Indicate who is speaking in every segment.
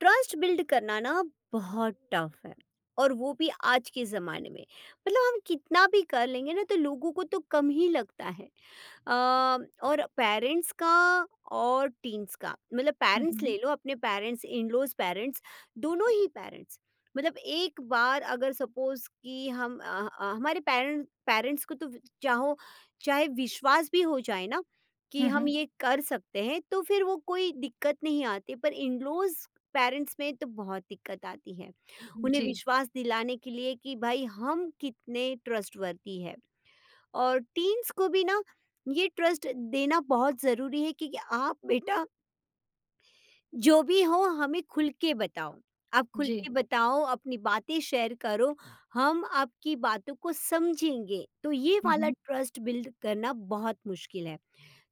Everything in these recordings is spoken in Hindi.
Speaker 1: ट्रस्ट बिल्ड करना ना बहुत टफ है। और वो भी आज के ज़माने में मतलब हम कितना भी कर लेंगे ना तो लोगों को तो कम ही लगता है। अ, और पेरेंट्स का और टीन्स का मतलब
Speaker 2: हुँ,
Speaker 1: पेरेंट्स ले
Speaker 2: हुँ।
Speaker 1: लो, अपने पेरेंट्स, इन लॉज पेरेंट्स, दोनों ही पेरेंट्स। मतलब एक बार अगर सपोज कि हम हमारे पेरेंट्स पेरेंट्स को तो चाहो, चाहे विश्वास भी हो जाए ना कि
Speaker 2: हुँ,
Speaker 1: हम
Speaker 2: हुँ।
Speaker 1: ये कर सकते हैं तो फिर वो कोई दिक्कत नहीं आती, पर इन लॉज पेरेंट्स में तो बहुत दिक्कत आती है। उन्हें
Speaker 2: जी,
Speaker 1: विश्वास दिलाने के लिए कि भाई हम कितने ट्रस्टवर्दी है। और टीन्स को भी ना ये ट्रस्ट देना बहुत ज़रूरी है कि आप बेटा जो भी हो हमें खुल के बताओ। आप खुल
Speaker 2: जी।
Speaker 1: के बताओ, अपनी बातें शेयर करो, हम आपकी बातों को समझेंगे। तो ये
Speaker 2: हुँ,
Speaker 1: वाला
Speaker 2: हुँ।
Speaker 1: ट्रस्ट बिल्ड करना बहुत मुश्किल है।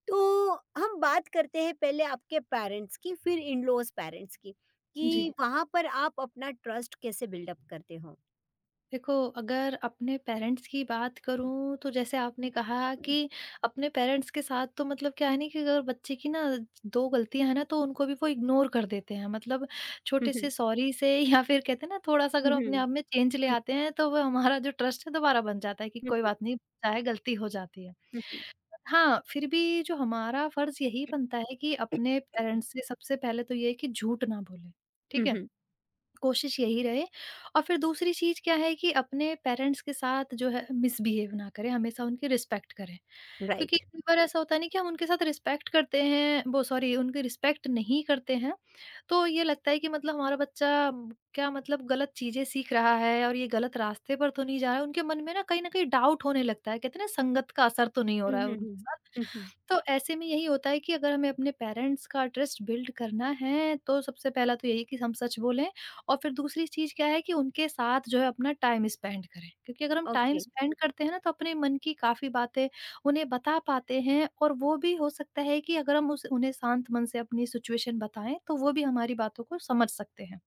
Speaker 1: तो हम बात करते हैं पहले आपके पेरेंट्स की, फिर इन लॉज पेरेंट्स की,
Speaker 2: जी।
Speaker 1: कि वहाँ पर आप अपना ट्रस्ट कैसे बिल्डअप करते हो।
Speaker 2: देखो, अगर अपने पेरेंट्स की बात करूँ तो जैसे आपने कहा कि अपने पेरेंट्स के साथ तो मतलब क्या है ना कि अगर बच्चे की ना 2 गलतियाँ हैं ना तो उनको भी वो इग्नोर कर देते हैं। मतलब छोटे से सॉरी से या फिर कहते हैं ना थोड़ा-सा अगर हम अपने आप में चेंज ले आते हैं तो वो हमारा जो ट्रस्ट है दोबारा बन जाता है कि कोई बात नहीं, चाहे गलती हो जाती है। हाँ, फिर भी जो हमारा फर्ज़ यही बनता है कि अपने पेरेंट्स से सबसे पहले तो ये है कि झूठ ना बोलें, ठीक है? कोशिश यही रहे, और फिर दूसरी चीज़ क्या है कि अपने पेरेंट्स के साथ जो है मिसबिहेव ना करें, हमेशा उनकी रिस्पेक्ट करें। क्योंकि
Speaker 1: राइट।
Speaker 2: कई बार ऐसा होता है ना कि हम उनके साथ रिस्पेक्ट करते हैं वो सॉरी उनकी रिस्पेक्ट नहीं करते हैं, तो ये लगता है कि मतलब हमारा बच्चा क्या मतलब गलत चीज़ें सीख रहा है और ये गलत रास्ते पर तो नहीं जा रहा है। उनके मन में ना कहीं न कहीं डाउट होने लगता है, कहते हैं ना संगत का असर तो नहीं हो रहा है उनके साथ। तो ऐसे में यही होता है कि अगर हमें अपने पेरेंट्स का ट्रस्ट बिल्ड करना है, तो सबसे पहला तो यही कि हम सच बोलें, और फिर दूसरी चीज़ क्या है कि उनके साथ जो है अपना टाइम स्पेंड करें। क्योंकि अगर हम टाइम
Speaker 1: ओके।
Speaker 2: स्पेंड करते हैं ना, तो अपने मन की काफ़ी बातें उन्हें बता पाते हैं और वो भी हो सकता है कि अगर हम उस उन्हें शांत मन से अपनी सिचुएशन बताएँ, तो वो भी हमारी बातों को समझ सकते हैं।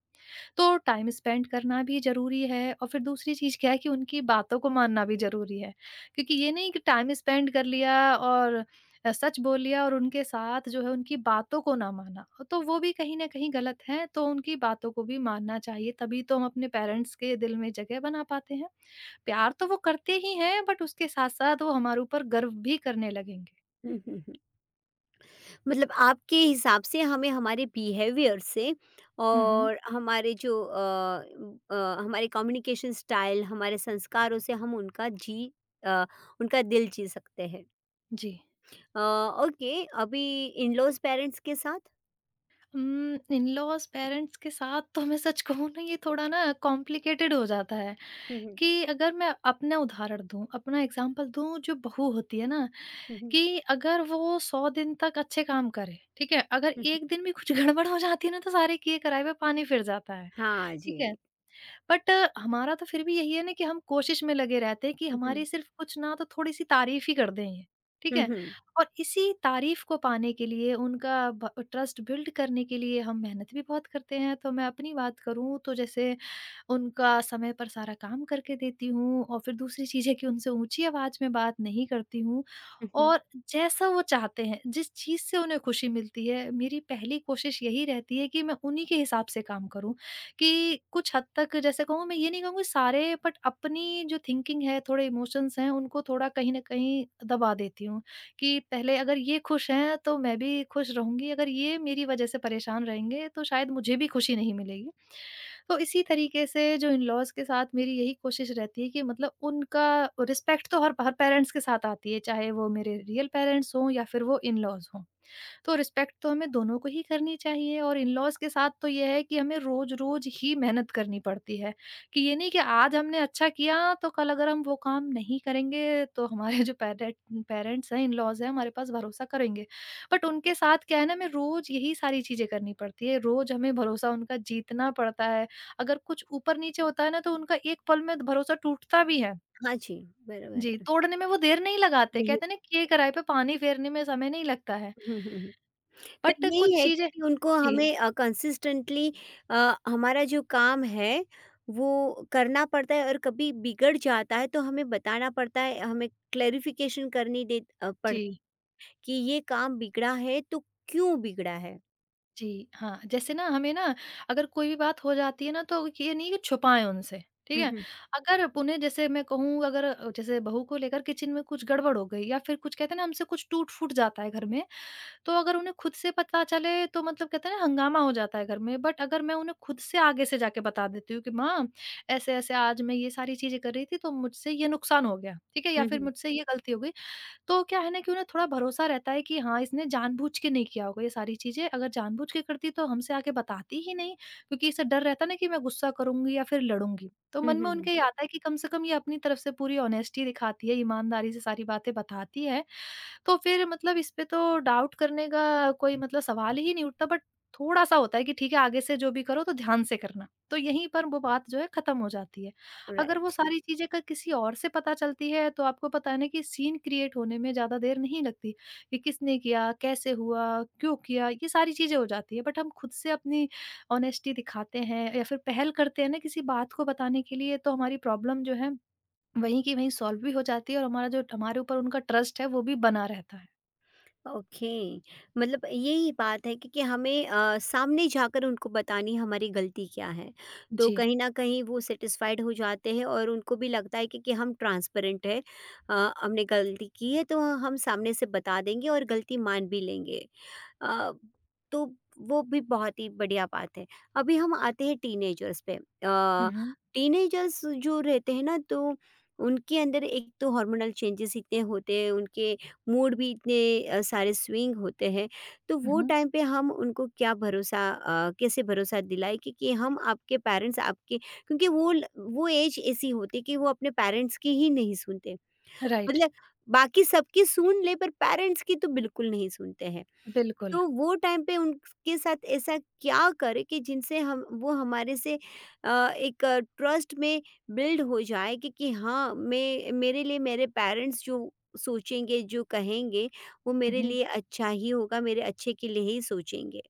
Speaker 2: तो टाइम स्पेंड करना भी ज़रूरी है, और फिर दूसरी चीज़ क्या है कि उनकी बातों को मानना भी ज़रूरी है। क्योंकि ये नहीं कि टाइम स्पेंड कर लिया और सच बोल लिया और उनके साथ जो है उनकी बातों को ना माना, तो वो भी कहीं न कहीं गलत है, तो उनकी बातों को भी मानना चाहिए, तभी तो हम अपने पेरेंट्स के दिल में जगह बना पाते हैं। प्यार तो वो करते ही हैं, बट उसके साथ-साथ वो हमारे ऊपर गर्व भी करने लगेंगे।
Speaker 1: मतलब आपके हिसाब से हमें हमारे बिहेवियर से
Speaker 2: हुँ, हुँ।
Speaker 1: और हमारे जो अ, हमारे कम्युनिकेशन स्टाइल, हमारे संस्कारों से हम उनका जी, अ, उनका दिल जी सकते हैं।
Speaker 2: जी।
Speaker 1: अ, ओके। अभी इन-लॉज़ पेरेंट्स के साथ?
Speaker 2: इन-लॉज़ पेरेंट्स के साथ तो मैं सच कहूँ ना ये थोड़ा ना कॉम्प्लिकेटेड हो जाता है।
Speaker 1: हुँ, हुँ,
Speaker 2: कि अगर मैं अपना उदाहरण दूँ, अपना एग्ज़ाम्पल दूँ, जो बहू होती है ना,
Speaker 1: हुँ, हुँ।
Speaker 2: कि अगर वो 100 दिन तक अच्छे काम करे, ठीक है? अगर
Speaker 1: हुँ, हुँ।
Speaker 2: 1 दिन भी कुछ गड़बड़ हो जाती है ना तो सारे किए कराए हुए पानी फिर जाता है,
Speaker 1: हाँ
Speaker 2: ठीक है?
Speaker 1: जी।
Speaker 2: बट हमारा तो फिर भी यही है ना कि हम कोशिश में लगे रहते हैं कि
Speaker 1: हुँ, हुँ,
Speaker 2: हमारी सिर्फ कुछ ना तो थोड़ी सी तारीफ ही कर दें ये, ठीक
Speaker 1: हुँ,
Speaker 2: है?
Speaker 1: हुँ,
Speaker 2: और इसी तारीफ को पाने के लिए, उनका ब ट्रस्ट बिल्ड करने के लिए हम मेहनत भी बहुत करते हैं। तो मैं अपनी बात करूँ तो जैसे उनका समय पर सारा काम करके देती हूँ, और फिर दूसरी चीज़ है कि उनसे ऊँची आवाज़ में बात नहीं करती हूँ,
Speaker 1: हुँ, हुँ।
Speaker 2: और जैसा वो चाहते हैं, जिस चीज़ से उन्हें खुशी मिलती है, मेरी पहली कोशिश यही रहती है कि मैं उन्हीं के हिसाब से काम करूँ। कि कुछ हद तक जैसे कहूँ, मैं ये नहीं कहूँगी सारे, बट अपनी जो थिंकिंग है, थोड़े इमोशंस हैं, उनको थोड़ा कहीं न कहीं दबा देती हूँ, कि पहले अगर ये खुश हैं तो मैं भी खुश रहूँगी, अगर ये मेरी वजह से परेशान रहेंगे तो शायद मुझे भी खुशी नहीं मिलेगी। तो इसी तरीके से जो इन-लॉज़ के साथ मेरी यही कोशिश रहती है कि मतलब उनका रिस्पेक्ट तो हर हर पेरेंट्स के साथ आती है, चाहे वो मेरे रियल पेरेंट्स हों या फिर वो इन-लॉज़ हों। तो रिस्पेक्ट तो हमें दोनों को ही करनी चाहिए, और इन-लॉज़ के साथ तो ये है कि हमें रोज़-रोज़ ही मेहनत करनी पड़ती है, कि ये नहीं कि आज हमने अच्छा किया तो कल अगर हम वो काम नहीं करेंगे तो हमारे जो पेरेंट्स हैं, इन-लॉज़ हैं, हमारे पास भरोसा करेंगे। बट उनके साथ क्या है ना, हमें रोज़ यही सारी चीज़ें करनी पड़ती है, रोज़ हमें भरोसा उनका जीतना पड़ता है। अगर कुछ ऊपर-नीचे होता है ना तो उनका एक पल में भरोसा टूटता भी है।
Speaker 1: हाँ जी, बराबर
Speaker 2: जी,
Speaker 1: है।
Speaker 2: तोड़ने में वो देर नहीं लगाते,
Speaker 1: नहीं।
Speaker 2: कहते हैं ना, "किए कराए पे पानी फेरने में समय नहीं लगता है।"
Speaker 1: हुँ, हुँ, हुँ। तो
Speaker 2: बट
Speaker 1: यही
Speaker 2: कुछ
Speaker 1: है
Speaker 2: चीज़ें।
Speaker 1: कि उनको
Speaker 2: जी।
Speaker 1: हमें कंसिस्टेंटली हमारा जो काम है वो करना पड़ता है। और कभी बिगड़ जाता है तो हमें बताना पड़ता है, हमें क्लेरिफ़िकेशन करनी दे पड़ती
Speaker 2: जी।
Speaker 1: कि ये काम बिगड़ा है तो क्यों बिगड़ा है?
Speaker 2: जी, हाँ, जैसे ना हमें ना, अगर कोई भी बात हो जाती है ना तो ये नहीं कि छुपाएँ उनसे, ठीक
Speaker 1: हुँ,
Speaker 2: है?
Speaker 1: हुँ,
Speaker 2: अगर उन्हें जैसे मैं कहूँ, अगर जैसे बहू को लेकर किचन में कुछ गड़बड़ हो गई या फिर कुछ, कहते हैं ना, हमसे कुछ टूट-फूट जाता है घर में, तो अगर उन्हें खुद से पता चले तो मतलब कहते हैं ना हंगामा हो जाता है घर में। बट अगर मैं उन्हें खुद से आगे से जाके बता देती हूँ कि माँ ऐसे-ऐसे आज मैं ये सारी चीज़ें कर रही थी तो मुझसे ये नुकसान हो गया, ठीक है? या
Speaker 1: हुँ,
Speaker 2: फिर
Speaker 1: हुँ,
Speaker 2: मुझसे ये गलती हो गई। तो क्या है ना कि उन्हें थोड़ा भरोसा रहता है कि हाँ, इसने जानबूझ के नहीं किया होगा ये सारी चीज़ें, अगर जानबूझ के करती तो हमसे आके बताती ही नहीं, क्योंकि इसे डर रहता है ना कि मैं गुस्सा करूँगी या फिर लड़ूँगी। तो
Speaker 1: हुँ,
Speaker 2: मन
Speaker 1: हुँ,
Speaker 2: में
Speaker 1: हुँ।
Speaker 2: उनके ये आता है कि कम से कम ये अपनी तरफ से पूरी ऑनेस्टी दिखाती है, ईमानदारी से सारी बातें बताती है, तो फिर मतलब इस पे तो डाउट करने का कोई मतलब, सवाल ही नहीं उठता। बट थोड़ा-सा होता है कि ठीक है, आगे से जो भी करो तो ध्यान से करना। तो यहीं पर वो बात जो है ख़त्म हो जाती है। अगर वो
Speaker 1: राइट।
Speaker 2: सारी चीज़ें का किसी और से पता चलती है तो आपको पता है ना कि सीन क्रिएट होने में ज़्यादा देर नहीं लगती, कि किसने किया, कैसे हुआ, क्यों किया, ये सारी चीज़ें हो जाती है। बट हम खुद से अपनी ऑनेस्टी दिखाते हैं या फिर पहल करते हैं ना किसी बात को बताने के लिए, तो हमारी प्रॉब्लम जो है वहीं की वहीं सॉल्व भी हो जाती है, और हमारा जो, हमारे ऊपर उनका ट्रस्ट है, वो भी बना रहता है।
Speaker 1: ओके। मतलब यही बात है कि हमें सामने जाकर उनको बतानी हमारी गलती क्या है। तो
Speaker 2: जी।
Speaker 1: कहीं ना कहीं वो सेटिस्फाइड हो जाते हैं और उनको भी लगता है कि हम ट्रांसपेरेंट है। हमने गलती की है तो हम सामने से बता देंगे और गलती मान भी लेंगे। अ, तो वो भी बहुत ही बढ़िया बात है। अभी हम आते हैं टीनेजर्स पे।
Speaker 2: हुँ, हुँ।
Speaker 1: टीनेजर्स जो रहते हैं ना तो उनके अंदर एक तो हार्मोनल चेंजेस इतने होते हैं, उनके मूड भी इतने सारे स्विंग होते हैं। तो
Speaker 2: हुँ,
Speaker 1: वो
Speaker 2: हुँ।
Speaker 1: टाइम पे हम उनको क्या भरोसा कैसे भरोसा दिलाए कि हम आपके पेरेंट्स आपके, क्योंकि वो वो एज ऐसी होती है कि वो अपने पेरेंट्स की ही नहीं सुनते।
Speaker 2: राइट,
Speaker 1: मतलब बाकी सबकी सुन ले पर पेरेंट्स की तो बिल्कुल नहीं सुनते हैं।
Speaker 2: बिल्कुल।
Speaker 1: तो वो टाइम पे उनके साथ ऐसा क्या करें कि जिनसे हम वो हमारे से अ, एक ट्रस्ट में बिल्ड हो जाए कि हाँ मैं मेरे लिए मेरे पेरेंट्स जो सोचेंगे जो कहेंगे वो
Speaker 2: हुँ,
Speaker 1: मेरे
Speaker 2: हुँ।
Speaker 1: लिए अच्छा ही होगा, मेरे अच्छे के लिए ही सोचेंगे।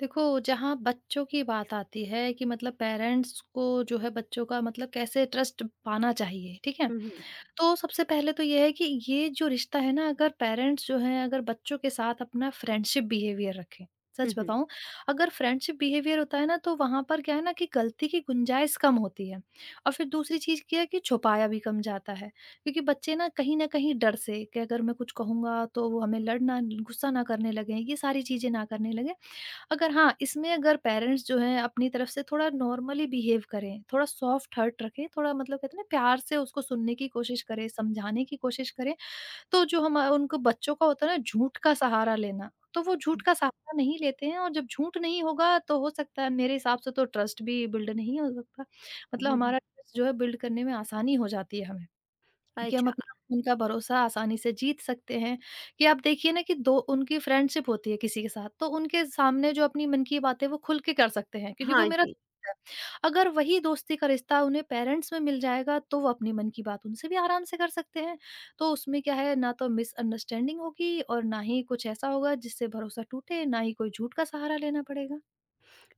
Speaker 2: देखो, जहाँ बच्चों की बात आती है कि मतलब पेरेंट्स को जो है बच्चों का मतलब कैसे ट्रस्ट पाना चाहिए, ठीक है?
Speaker 1: हुँ, हुँ।
Speaker 2: तो सबसे पहले तो ये है कि ये जो रिश्ता है ना, अगर पेरेंट्स जो हैं, अगर बच्चों के साथ अपना फ्रेंडशिप बिहेवियर रखें, सच
Speaker 1: हुँ, हुँ।
Speaker 2: बताऊं, अगर फ्रेंडशिप बिहेवियर होता है ना, तो वहां पर क्या है ना कि गलती की गुंजाइश कम होती है, और फिर दूसरी चीज क्या है कि छुपाया भी कम जाता है, क्योंकि बच्चे ना कहीं डर से कि अगर मैं कुछ कहूंगा तो वो हमें लड़ना, गुस्सा ना करने लगे, ये सारी चीजें ना करने लगे। अगर हाँ, इसमें अगर पेरेंट्स जो हैं अपनी तरफ से थोड़ा नॉर्मली बिहेव करें, थोड़ा सॉफ्ट हर्ट रखें, थोड़ा मतलब कहते हैं ना, प्यार से उसको सुनने की कोशिश करें, समझाने की कोशिश करें, तो जो हमा उनको बच्चों का होता है ना झूठ का सहारा लेना, तो वो झूठ का सहारा नहीं लेते हैं, और जब झूठ नहीं होगा तो हो सकता है मेरे हिसाब से तो ट्रस्ट भी बिल्ड नहीं हो सकता। मतलब
Speaker 1: हुँ, हुँ।
Speaker 2: हमारा ट्रस्ट जो है बिल्ड करने में आसानी हो जाती है हमें। कि हम
Speaker 1: अच्छा,
Speaker 2: अपना, उनका भरोसा आसानी से जीत सकते हैं, कि आप देखिए ना कि दो उनकी फ्रेंडशिप होती है किसी के साथ, तो उनके सामने जो अपनी मन की बात है वो खुल के कर सकते हैं, क्योंकि वो
Speaker 1: हाँ
Speaker 2: मेरा
Speaker 1: जी।
Speaker 2: दोस्त है। अगर वही दोस्ती का रिश्ता उन्हें पेरेंट्स में मिल जाएगा तो वो अपने मन की बात उनसे भी आराम से कर सकते हैं। तो उसमें क्या है ना, तो मिसअंडरस्टैंडिंग होगी और ना ही कुछ ऐसा होगा जिससे भरोसा टूटे, ना ही कोई झूठ का सहारा लेना पड़ेगा।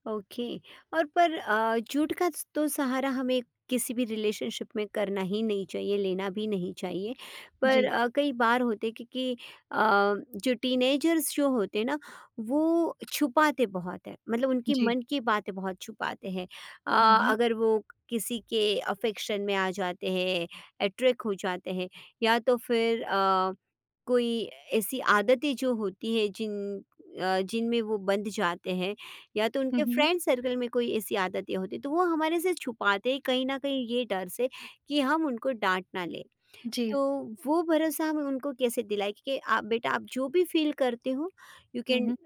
Speaker 1: ओके। और पर झूठ का तो सहारा हमें किसी भी रिलेशनशिप में करना ही नहीं चाहिए, लेना भी नहीं चाहिए।
Speaker 2: जी,
Speaker 1: पर कई बार होते कि अ, जो टीनेजर्स जो होते ना वो छुपाते बहुत है, मतलब उनकी
Speaker 2: जी।
Speaker 1: मन की बातें बहुत छुपाते हैं।
Speaker 2: हुँ, हुँ।
Speaker 1: अगर वो किसी के अफेक्शन में आ जाते हैं, अट्रैक्ट हो जाते हैं, या तो फिर कोई ऐसी आदतें जो होती है जिनमें वो बंध जाते हैं, या तो
Speaker 2: हुँ,
Speaker 1: उनके
Speaker 2: हुँ।
Speaker 1: फ्रेंड सर्कल में कोई ऐसी आदतें होती तो वो हमारे से छुपाते हैं कहीं ना कहीं ये डर से कि हम उनको डांट ना लें।
Speaker 2: जी।
Speaker 1: तो वो भरोसा हम उनको कैसे दिलाए कि आप बेटा आप जो भी फील करते हो you
Speaker 2: hmm,
Speaker 1: can
Speaker 2: hmm.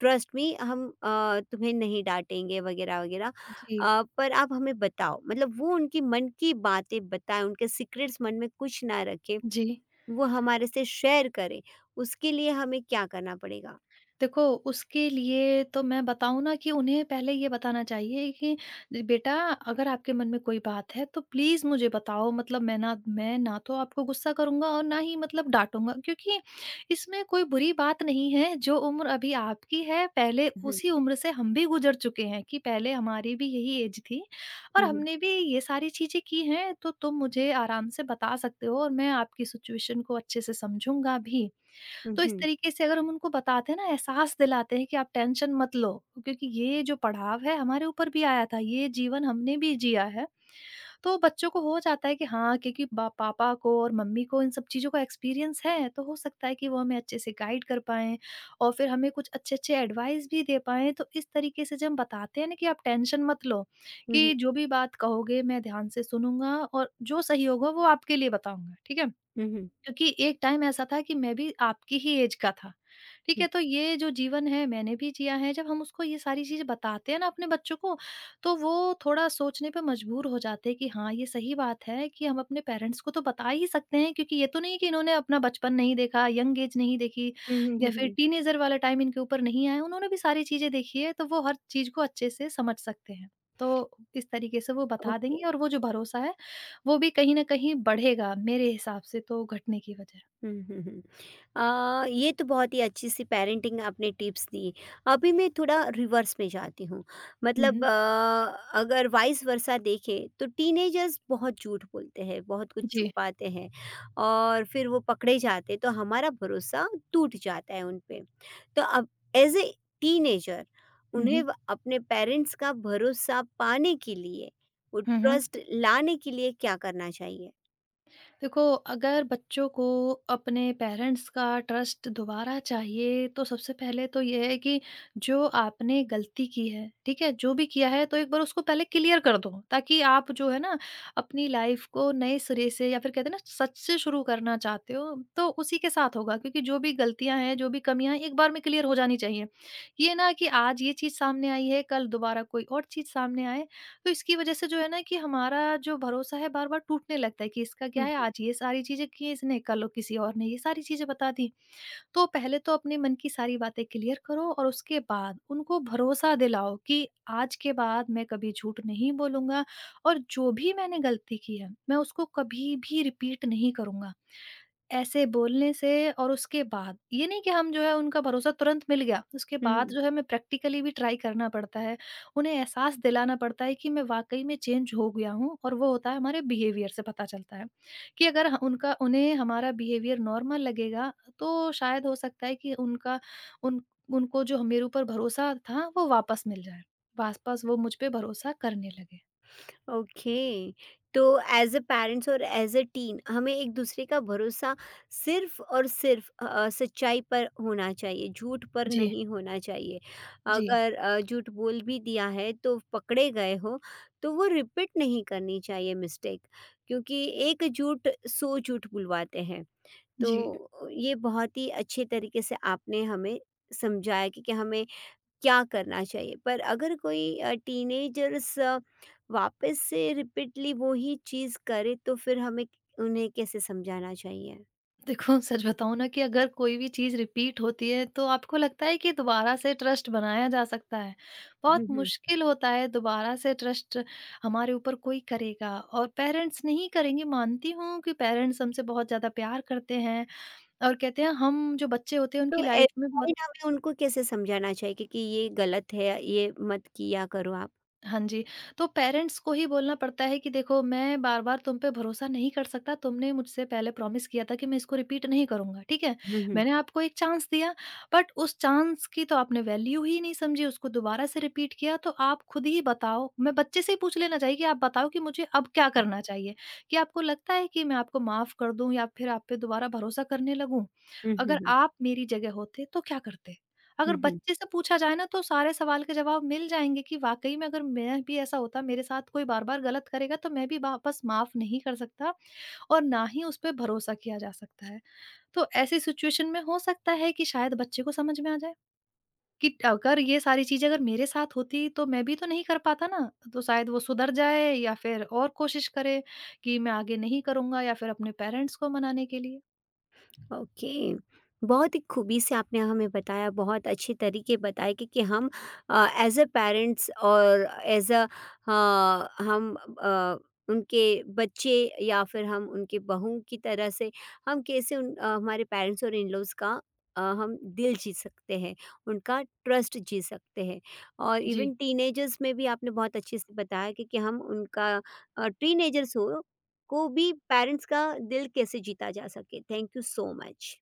Speaker 1: Trust me, हम तुम्हें नहीं डांटेंगे वगैरह वगैरह।
Speaker 2: जी,
Speaker 1: पर आप हमें बताओ, मतलब वो उनकी मन की बातें बताएं, उनके सीक्रेट्स मन में कुछ ना रखें,
Speaker 2: जी।
Speaker 1: वो हमारे से शेयर करें, उसके लिए हमें क्या करना पड़ेगा।
Speaker 2: देखो, उसके लिए तो मैं बताऊँ ना कि उन्हें पहले ये बताना चाहिए कि बेटा, अगर आपके मन में कोई बात है तो प्लीज़ मुझे बताओ, मतलब मैं ना तो आपको गुस्सा करूँगा और ना ही मतलब डाँटूँगा, क्योंकि इसमें कोई बुरी बात नहीं है। जो उम्र अभी आपकी है, पहले
Speaker 1: हम्म।
Speaker 2: उसी उम्र से हम भी गुज़र चुके हैं, कि पहले हमारी भी यही ऐज थी, और
Speaker 1: हम्म,
Speaker 2: हमने भी ये सारी चीज़ें की हैं। तो तुम मुझे आराम से बता सकते हो, और मैं आपकी सिचुएशन को अच्छे से समझूँगा भी।
Speaker 1: हम्म।
Speaker 2: तो इस
Speaker 1: हम्म,
Speaker 2: तरीके से अगर हम उनको बताते हैं ना, एहसास दिलाते हैं कि आप टेंशन मत लो, क्योंकि ये जो पड़ाव है, हमारे ऊपर भी आया था, ये जीवन हमने भी जिया है। तो बच्चों को हो जाता है कि हाँ, क्योंकि बा पापा को और मम्मी को इन सब चीज़ों का एक्सपीरियंस है, तो हो सकता है कि वो हमें अच्छे से गाइड कर पाएँ और फिर हमें कुछ अच्छे-अच्छे एडवाइस भी दे पाएँ। तो इस तरीके से जब हम बताते हैं ना कि आप टेंशन मत लो,
Speaker 1: हम्म।
Speaker 2: कि जो भी बात कहोगे मैं ध्यान से सुनूँगा और जो सही होगा वो आपके लिए बताऊँगा, ठीक है?
Speaker 1: हम्म, हम्म।
Speaker 2: क्योंकि एक टाइम ऐसा था कि मैं भी आपकी ही ऐज का था, ठीक है? तो ये जो जीवन है मैंने भी जिया है, जब हम उसको ये सारी चीज़ें बताते हैं ना अपने बच्चों को, तो वो थोड़ा सोचने पे मजबूर हो जाते हैं कि हाँ, ये सही बात है कि हम अपने पेरेंट्स को तो बता ही सकते हैं क्योंकि ये तो नहीं है कि इन्होंने अपना बचपन नहीं देखा, यंग ऐज नहीं देखी
Speaker 1: हुँ, हुँ,
Speaker 2: या
Speaker 1: हुँ,
Speaker 2: फिर
Speaker 1: हुँ।
Speaker 2: टीनेजर वाला टाइम इनके ऊपर नहीं आया, उन्होंने भी सारी चीज़ें देखी है, तो वो हर चीज़ को अच्छे से समझ सकते हैं। तो इस तरीके से वो बता
Speaker 1: ओके।
Speaker 2: देंगे और वो जो भरोसा है वो भी कहीं न कहीं बढ़ेगा मेरे हिसाब से तो घटने की वजह।
Speaker 1: हुँ, हुँ, हुँ। ये तो बहुत ही अच्छी-सी पेरेंटिंग आपने टिप्स दी। अभी मैं थोड़ा रिवर्स में जाती हूँ।
Speaker 2: हुँ,
Speaker 1: मतलब
Speaker 2: हुँ।
Speaker 1: अगर वाइस वर्सा देखें तो टीनेजर्स बहुत झूठ बोलते हैं, बहुत कुछ
Speaker 2: जी।
Speaker 1: छुपाते हैं, और फिर वो पकड़े जाते हैं तो हमारा भरोसा टूट जाता है उन पे। तो अब एज़ अ टीनेजर उन्हें
Speaker 2: हुँ,
Speaker 1: व अपने पेरेंट्स का भरोसा पाने के लिए, वो
Speaker 2: हुँ।
Speaker 1: ट्रस्ट लाने के लिए क्या करना चाहिए?
Speaker 2: देखो, अगर बच्चों को अपने पेरेंट्स का ट्रस्ट दोबारा चाहिए, तो सबसे पहले तो ये है कि जो आपने गलती की है, ठीक है? जो भी किया है, तो एक बार उसको पहले क्लियर कर दो, ताकि आप जो है ना, अपनी लाइफ़ को नए सिरे से या फिर कहते हैं ना, सच से शुरू करना चाहते हो, तो उसी के साथ होगा क्योंकि जो भी गलतियाँ हैं, जो भी कमियाँ हैं, एक बार में क्लियर हो जानी चाहिए। ये ना कि आज ये चीज़ सामने आई है, कल दोबारा कोई और चीज़ सामने आए, तो इसकी वजह से जो है ना कि हमारा जो भरोसा है बार-बार टूटने लगता है कि इसका
Speaker 1: हुँ,
Speaker 2: क्या है
Speaker 1: हुँ।
Speaker 2: आज ये सारी चीज़ें की इसने, कल किसी और ने ये सारी चीज़ें बता दी। तो पहले तो अपने मन की सारी बातें क्लियर करो और उसके बाद उनको भरोसा दिलाओ कि आज के बाद मैं कभी झूठ नहीं बोलूँगा और जो भी मैंने गलती की है, मैं उसको कभी भी रिपीट नहीं करूँगा। ऐसे बोलने से और उसके बाद ये नहीं कि हम जो है उनका भरोसा तुरंत मिल गया, उसके
Speaker 1: हुँ,
Speaker 2: बाद
Speaker 1: हुँ।
Speaker 2: जो है हमें प्रैक्टिकली भी ट्राई करना पड़ता है। उन्हें एहसास दिलाना पड़ता है कि मैं वाक़ई में चेंज हो गया हूँ और वो होता है हमारे बिहेवियर से पता चलता है, कि अगर ह उनका उन्हें हमारा बिहेवियर नॉर्मल लगेगा तो शायद हो सकता है कि उनका उन उनको जो मेरे ऊपर भरोसा था वो वापस मिल जाए। वापस वो मुझ पे भरोसा करने लगे।
Speaker 1: ओके। तो एज अ पेरेंट्स और एज अ टीन हमें एक दूसरे का भरोसा सिर्फ और सिर्फ सच्चाई पर होना चाहिए, झूठ पर
Speaker 2: जी,
Speaker 1: नहीं होना चाहिए।
Speaker 2: जी,
Speaker 1: अगर झूठ बोल भी दिया है, तो पकड़े गए हो तो वो रिपीट नहीं करनी चाहिए मिस्टेक, क्योंकि एक झूठ सौ झूठ बुलवाते हैं।
Speaker 2: जी।
Speaker 1: तो ये बहुत ही अच्छे तरीके से आपने हमें समझाया कि हमें क्या करना चाहिए। पर अगर कोई टीनेजर्स वापस से रिपीटली वो ही चीज़ करे तो फिर हमें उन्हें कैसे समझाना चाहिए?
Speaker 2: देखो, सच बताऊँ ना कि अगर कोई भी चीज़ रिपीट होती है तो आपको लगता है कि दोबारा से ट्रस्ट बनाया जा सकता है। बहुत
Speaker 1: हुँ, हुं।
Speaker 2: मुश्किल होता है दोबारा से ट्रस्ट हमारे ऊपर कोई करेगा और पेरेंट्स नहीं करेंगे, मानती हूँ कि पेरेंट्स हमसे बहुत ज़्यादा प्यार करते हैं और कहते हैं हम जो बच्चे होते हैं
Speaker 1: तो
Speaker 2: उनकी
Speaker 1: ऐसे
Speaker 2: लाइफ में
Speaker 1: में
Speaker 2: बहुत।
Speaker 1: हमें उनको कैसे समझाना चाहिए, क्योंकि ये गलत है, ये मत किया करो आप?
Speaker 2: हाँ जी, तो पेरेंट्स को ही बोलना पड़ता है कि देखो, मैं बार-बार तुम पे भरोसा नहीं कर सकता, तुमने मुझसे पहले प्रॉमिस किया था कि मैं इसको रिपीट नहीं करूँगा, ठीक है?
Speaker 1: हुँ, हुँ।
Speaker 2: मैंने आपको एक चांस दिया, बट उस चांस की तो आपने वैल्यू ही नहीं समझी, उसको दोबारा से रिपीट किया, तो आप खुद ही बताओ, मैं बच्चे से ही पूछ लेना चाहिए कि आप बताओ कि मुझे अब क्या करना चाहिए? क्या आपको लगता है कि मैं आपको माफ़ कर दूँ या फिर आप पे दोबारा भरोसा करने लगूँ?
Speaker 1: हुँ, हुँ,
Speaker 2: अगर
Speaker 1: हुँ।
Speaker 2: आप मेरी जगह होते तो क्या करते?
Speaker 1: हुँ,
Speaker 2: अगर
Speaker 1: हुँ।
Speaker 2: बच्चे से पूछा जाए ना तो सारे सवाल के जवाब मिल जाएँगे कि वाक़ई में अगर मैं भी ऐसा होता, मेरे साथ कोई बार-बार गलत करेगा तो मैं भी वापस माफ़ नहीं कर सकता और ना ही उस पे भरोसा किया जा सकता है। तो ऐसी सिचुएशन में हो सकता है कि शायद बच्चे को समझ में आ जाए कि अगर ये सारी चीज़ें अगर मेरे साथ होती तो मैं भी तो नहीं कर पाता ना। तो शायद वो सुधर जाए या फिर और कोशिश करे कि मैं आगे नहीं करूँगा या फिर अपने पेरेंट्स को मनाने के लिए।
Speaker 1: ओके। बहुत ही खूबी से आपने हमें बताया, बहुत अच्छे तरीके बताए कि हम एज़ अ पेरेंट्स और एज़ अ हम अ, उनके बच्चे या फिर हम उनके बहू की तरह से हम कैसे हमारे पेरेंट्स और इन-लॉज़ का हम दिल जीत सकते हैं, उनका ट्रस्ट जीत सकते हैं। और
Speaker 2: जी।
Speaker 1: इवन टीनेजर्स में भी आपने बहुत अच्छे से बताया कि हम उनका टीनेजर्स हो को भी पेरेंट्स का दिल कैसे जीता जा सके। Thank you so much.